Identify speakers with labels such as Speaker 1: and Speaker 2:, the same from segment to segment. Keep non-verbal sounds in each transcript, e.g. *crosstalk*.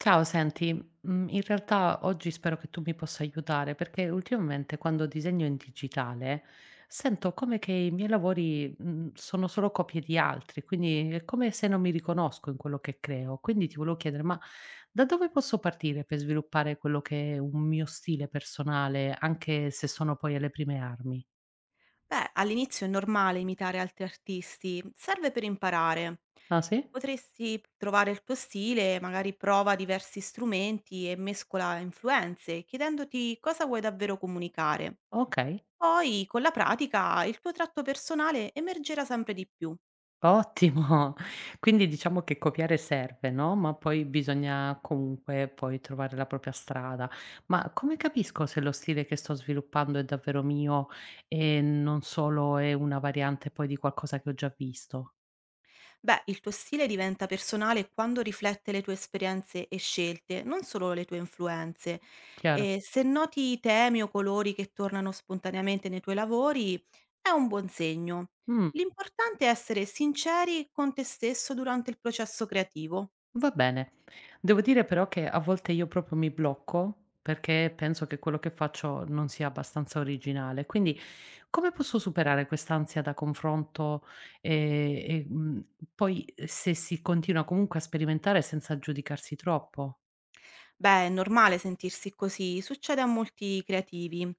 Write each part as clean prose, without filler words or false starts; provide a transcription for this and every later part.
Speaker 1: Ciao, senti, in realtà oggi spero che tu mi possa aiutare, perché ultimamente quando disegno in digitale sento come che i miei lavori, sono solo copie di altri, quindi è come se non mi riconosco in quello che creo. Quindi ti volevo chiedere, ma da dove posso partire per sviluppare quello che è un mio stile personale, anche se sono poi alle prime armi?
Speaker 2: Beh, all'inizio è normale imitare altri artisti, serve per imparare.
Speaker 1: Ah sì?
Speaker 2: Potresti trovare il tuo stile, magari prova diversi strumenti e mescola influenze, chiedendoti cosa vuoi davvero comunicare.
Speaker 1: Okay.
Speaker 2: Poi, con la pratica, il tuo tratto personale emergerà sempre di più.
Speaker 1: Ottimo! *laughs* Quindi diciamo che copiare serve, no, ma poi bisogna comunque poi trovare la propria strada. Ma come capisco se lo stile che sto sviluppando è davvero mio e non solo è una variante poi di qualcosa che ho già visto?
Speaker 2: Beh, il tuo stile diventa personale quando riflette le tue esperienze e scelte, non solo le tue influenze.
Speaker 1: Chiaro?
Speaker 2: E se noti temi o colori che tornano spontaneamente nei tuoi lavori, è un buon segno.
Speaker 1: Mh.
Speaker 2: L'importante è essere sinceri con te stesso durante il processo creativo.
Speaker 1: Va bene. Devo dire però che a volte io proprio mi blocco perché penso che quello che faccio non sia abbastanza originale. Quindi come posso superare quest'ansia da confronto e poi se si continua comunque a sperimentare senza giudicarsi troppo?
Speaker 2: Beh, è normale sentirsi così, succede a molti creativi.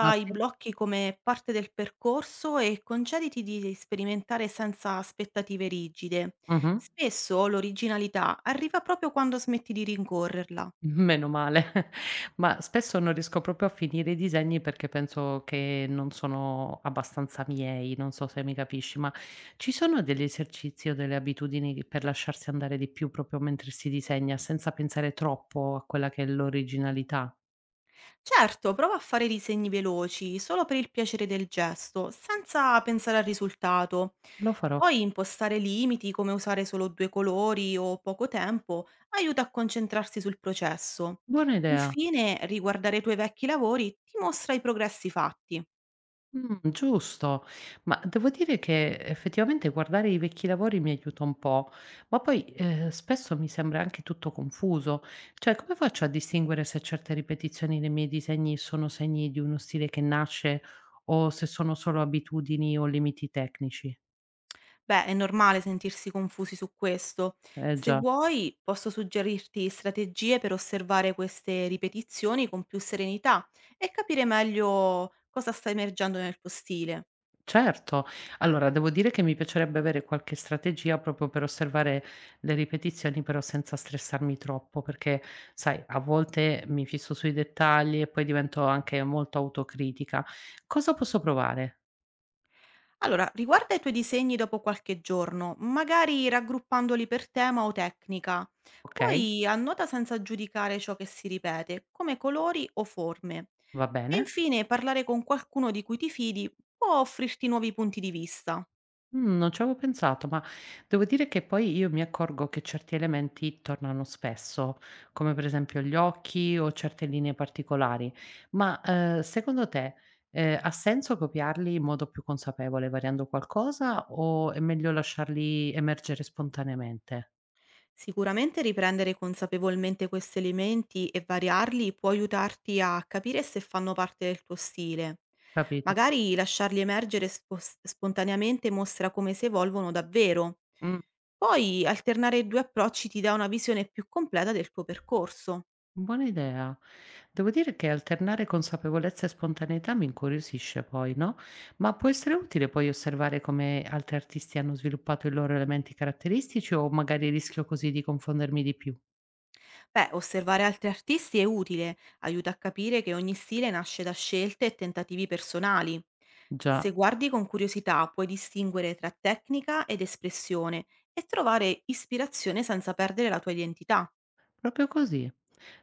Speaker 1: Ah
Speaker 2: i
Speaker 1: sì?
Speaker 2: blocchi come parte del percorso e concediti di sperimentare senza aspettative rigide.
Speaker 1: Mhm.
Speaker 2: Spesso l'originalità arriva proprio quando smetti di rincorrerla.
Speaker 1: Meno male. *laughs* Ma spesso non riesco proprio a finire i disegni perché penso che non sono abbastanza miei, non so se mi capisci, ma ci sono degli esercizi o delle abitudini che- per lasciarsi andare di più proprio mentre si disegna, senza pensare troppo a quella che è l'originalità?
Speaker 2: Certo, prova a fare disegni veloci, solo per il piacere del gesto, senza pensare al risultato.
Speaker 1: Lo farò.
Speaker 2: Poi impostare limiti come usare solo due colori o poco tempo aiuta a concentrarsi sul processo.
Speaker 1: Buona idea.
Speaker 2: Infine, riguardare i tuoi vecchi lavori ti mostra i progressi fatti.
Speaker 1: Giusto. Ma devo dire che effettivamente guardare i vecchi lavori mi aiuta un po', ma poi, spesso mi sembra anche tutto confuso. Cioè, come faccio a distinguere se certe ripetizioni nei miei disegni sono segni di uno stile che nasce o se sono solo abitudini o limiti tecnici?
Speaker 2: Beh, è normale sentirsi confusi su questo.
Speaker 1: Eh
Speaker 2: Se
Speaker 1: già.
Speaker 2: vuoi, posso suggerirti strategie per osservare queste ripetizioni con più serenità e capire meglio cosa sta emergendo nel tuo stile.
Speaker 1: Certo. Allora, devo dire che mi piacerebbe avere qualche strategia proprio per osservare le ripetizioni, però senza stressarmi troppo, perché sai, a volte mi fisso sui dettagli e poi divento anche molto autocritica. Cosa posso provare?
Speaker 2: Allora, riguarda i tuoi disegni dopo qualche giorno, magari raggruppandoli per tema o tecnica.
Speaker 1: Okay,
Speaker 2: Poi annota senza giudicare ciò che si ripete, come colori o forme.
Speaker 1: va
Speaker 2: E
Speaker 1: bene.
Speaker 2: infine, parlare con qualcuno di cui ti fidi può offrirti nuovi punti di vista.
Speaker 1: Non ci avevo pensato, ma devo dire che poi io mi accorgo che certi elementi tornano spesso, come per esempio gli occhi o certe linee particolari. Ma, secondo te, ha senso copiarli in modo più consapevole variando qualcosa o è meglio lasciarli emergere spontaneamente?
Speaker 2: Sicuramente riprendere consapevolmente questi elementi e variarli può aiutarti a capire se fanno parte del tuo stile.
Speaker 1: Capito?
Speaker 2: Magari lasciarli emergere spontaneamente mostra come si evolvono davvero.
Speaker 1: Mh.
Speaker 2: Poi alternare i due approcci ti dà una visione più completa del tuo percorso.
Speaker 1: Buona idea. Devo dire che alternare consapevolezza e spontaneità mi incuriosisce poi, no? Ma può essere utile poi osservare come altri artisti hanno sviluppato i loro elementi caratteristici o magari rischio così di confondermi di più?
Speaker 2: Beh, osservare altri artisti è utile, aiuta a capire che ogni stile nasce da scelte e tentativi personali. Se
Speaker 1: Già,
Speaker 2: guardi con curiosità puoi distinguere tra tecnica ed espressione e trovare ispirazione senza perdere la tua identità.
Speaker 1: proprio così.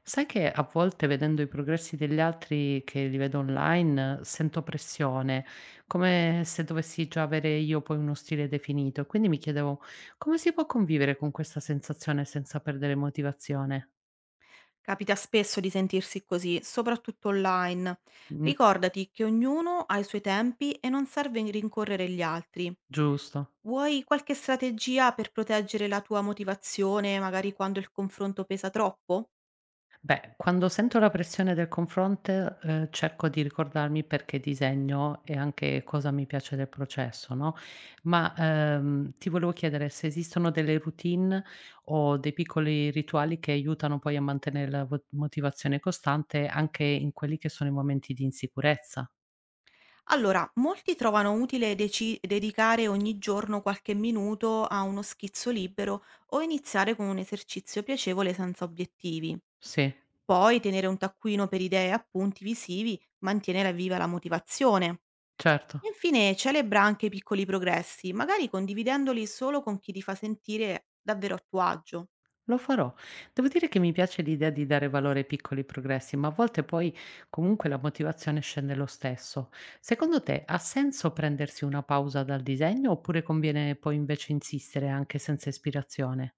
Speaker 1: Sai che a volte vedendo i progressi degli altri che li vedo online sento pressione, come se dovessi già avere io poi uno stile definito. Quindi mi chiedevo come si può convivere con questa sensazione senza perdere motivazione?
Speaker 2: Capita spesso di sentirsi così, soprattutto online. Ricordati che ognuno ha i suoi tempi e non serve rincorrere gli altri.
Speaker 1: Giusto.
Speaker 2: Vuoi qualche strategia per proteggere la tua motivazione, magari quando il confronto pesa troppo?
Speaker 1: Beh, quando sento la pressione del confronto, cerco di ricordarmi perché disegno e anche cosa mi piace del processo, no, ma, ti volevo chiedere se esistono delle routine o dei piccoli rituali che aiutano poi a mantenere la vo motivazione costante anche in quelli che sono i momenti di insicurezza.
Speaker 2: Allora, molti trovano utile dedicare ogni giorno qualche minuto a uno schizzo libero o iniziare con un esercizio piacevole senza obiettivi.
Speaker 1: Sì,
Speaker 2: Poi tenere un taccuino per idee e appunti visivi mantiene viva la motivazione.
Speaker 1: certo.
Speaker 2: Infine, celebra anche i piccoli progressi, magari condividendoli solo con chi ti fa sentire davvero a tuo agio.
Speaker 1: Lo farò. Devo dire che mi piace l'idea di dare valore ai piccoli progressi, ma a volte poi comunque la motivazione scende lo stesso. Secondo te ha senso prendersi una pausa dal disegno oppure conviene poi invece insistere anche senza ispirazione?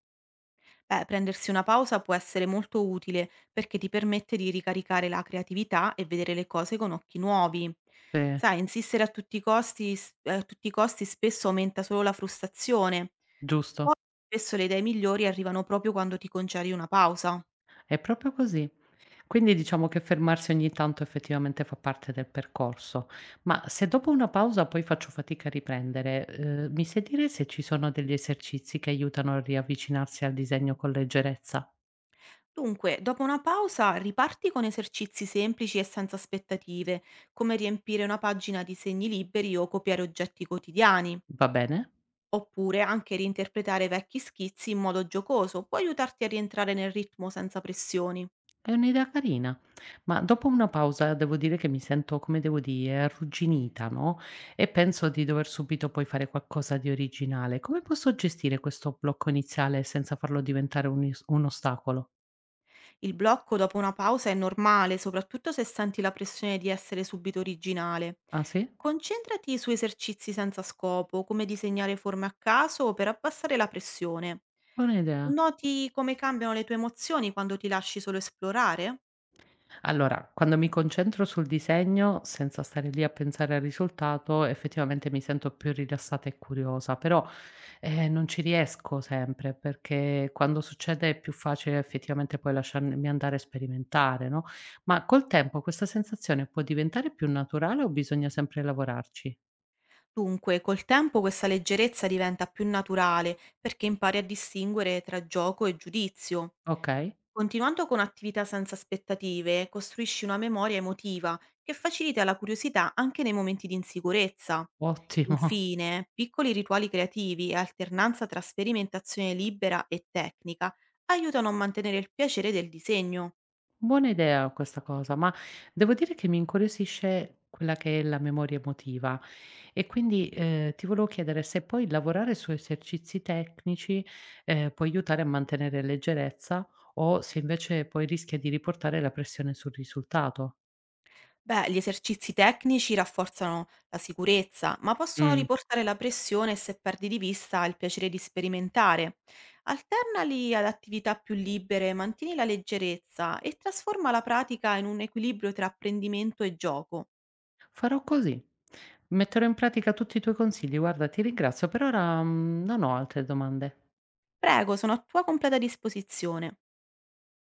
Speaker 2: Beh, prendersi una pausa può essere molto utile perché ti permette di ricaricare la creatività e vedere le cose con occhi nuovi.
Speaker 1: Eh,
Speaker 2: Sai, insistere a tutti i costi, a tutti i costi spesso aumenta solo la frustrazione.
Speaker 1: giusto,
Speaker 2: Spesso le idee migliori arrivano proprio quando ti concedi una pausa.
Speaker 1: è proprio così. Quindi diciamo che fermarsi ogni tanto effettivamente fa parte del percorso, ma se dopo una pausa poi faccio fatica a riprendere, mi sai dire se ci sono degli esercizi che aiutano a riavvicinarsi al disegno con leggerezza?
Speaker 2: Dunque, dopo una pausa, riparti con esercizi semplici e senza aspettative, come riempire una pagina di segni liberi o copiare oggetti quotidiani.
Speaker 1: Va bene,
Speaker 2: Oppure anche reinterpretare vecchi schizzi in modo giocoso può aiutarti a rientrare nel ritmo senza pressioni.
Speaker 1: è un'idea carina, ma dopo una pausa devo dire che mi sento, come devo dire, arrugginita, no, e penso di dover subito poi fare qualcosa di originale. Come posso gestire questo blocco iniziale senza farlo diventare un ostacolo?
Speaker 2: Il blocco dopo una pausa è normale, soprattutto se senti la pressione di essere subito originale.
Speaker 1: Ah sì?
Speaker 2: Concentrati su esercizi senza scopo, come disegnare forme a caso per abbassare la pressione.
Speaker 1: Buona idea.
Speaker 2: Noti come cambiano le tue emozioni quando ti lasci solo esplorare?
Speaker 1: Allora, quando mi concentro sul disegno, senza stare lì a pensare al risultato, effettivamente mi sento più rilassata e curiosa, però non ci riesco sempre perché quando succede è più facile effettivamente poi lasciarmi andare a sperimentare, no? Ma col tempo questa sensazione può diventare più naturale o bisogna sempre lavorarci?
Speaker 2: Dunque, col tempo questa leggerezza diventa più naturale perché impari a distinguere tra gioco e giudizio.
Speaker 1: Ok,
Speaker 2: Continuando con attività senza aspettative, costruisci una memoria emotiva che facilita la curiosità anche nei momenti di insicurezza.
Speaker 1: ottimo.
Speaker 2: Infine, piccoli rituali creativi e alternanza tra sperimentazione libera e tecnica aiutano a mantenere il piacere del disegno.
Speaker 1: Buona idea questa cosa, ma devo dire che mi incuriosisce quella che è la memoria emotiva. E quindi, ti volevo chiedere se poi lavorare su esercizi tecnici, può aiutare a mantenere leggerezza o se invece poi rischia di riportare la pressione sul risultato.
Speaker 2: Beh, gli esercizi tecnici rafforzano la sicurezza, ma possono
Speaker 1: Mh.
Speaker 2: riportare la pressione se perdi di vista il piacere di sperimentare. Alternali ad attività più libere, mantieni la leggerezza e trasforma la pratica in un equilibrio tra apprendimento e gioco.
Speaker 1: Farò così. Metterò in pratica tutti i tuoi consigli. Guarda, ti ringrazio. Per ora, non ho altre domande.
Speaker 2: Prego, sono a tua completa disposizione.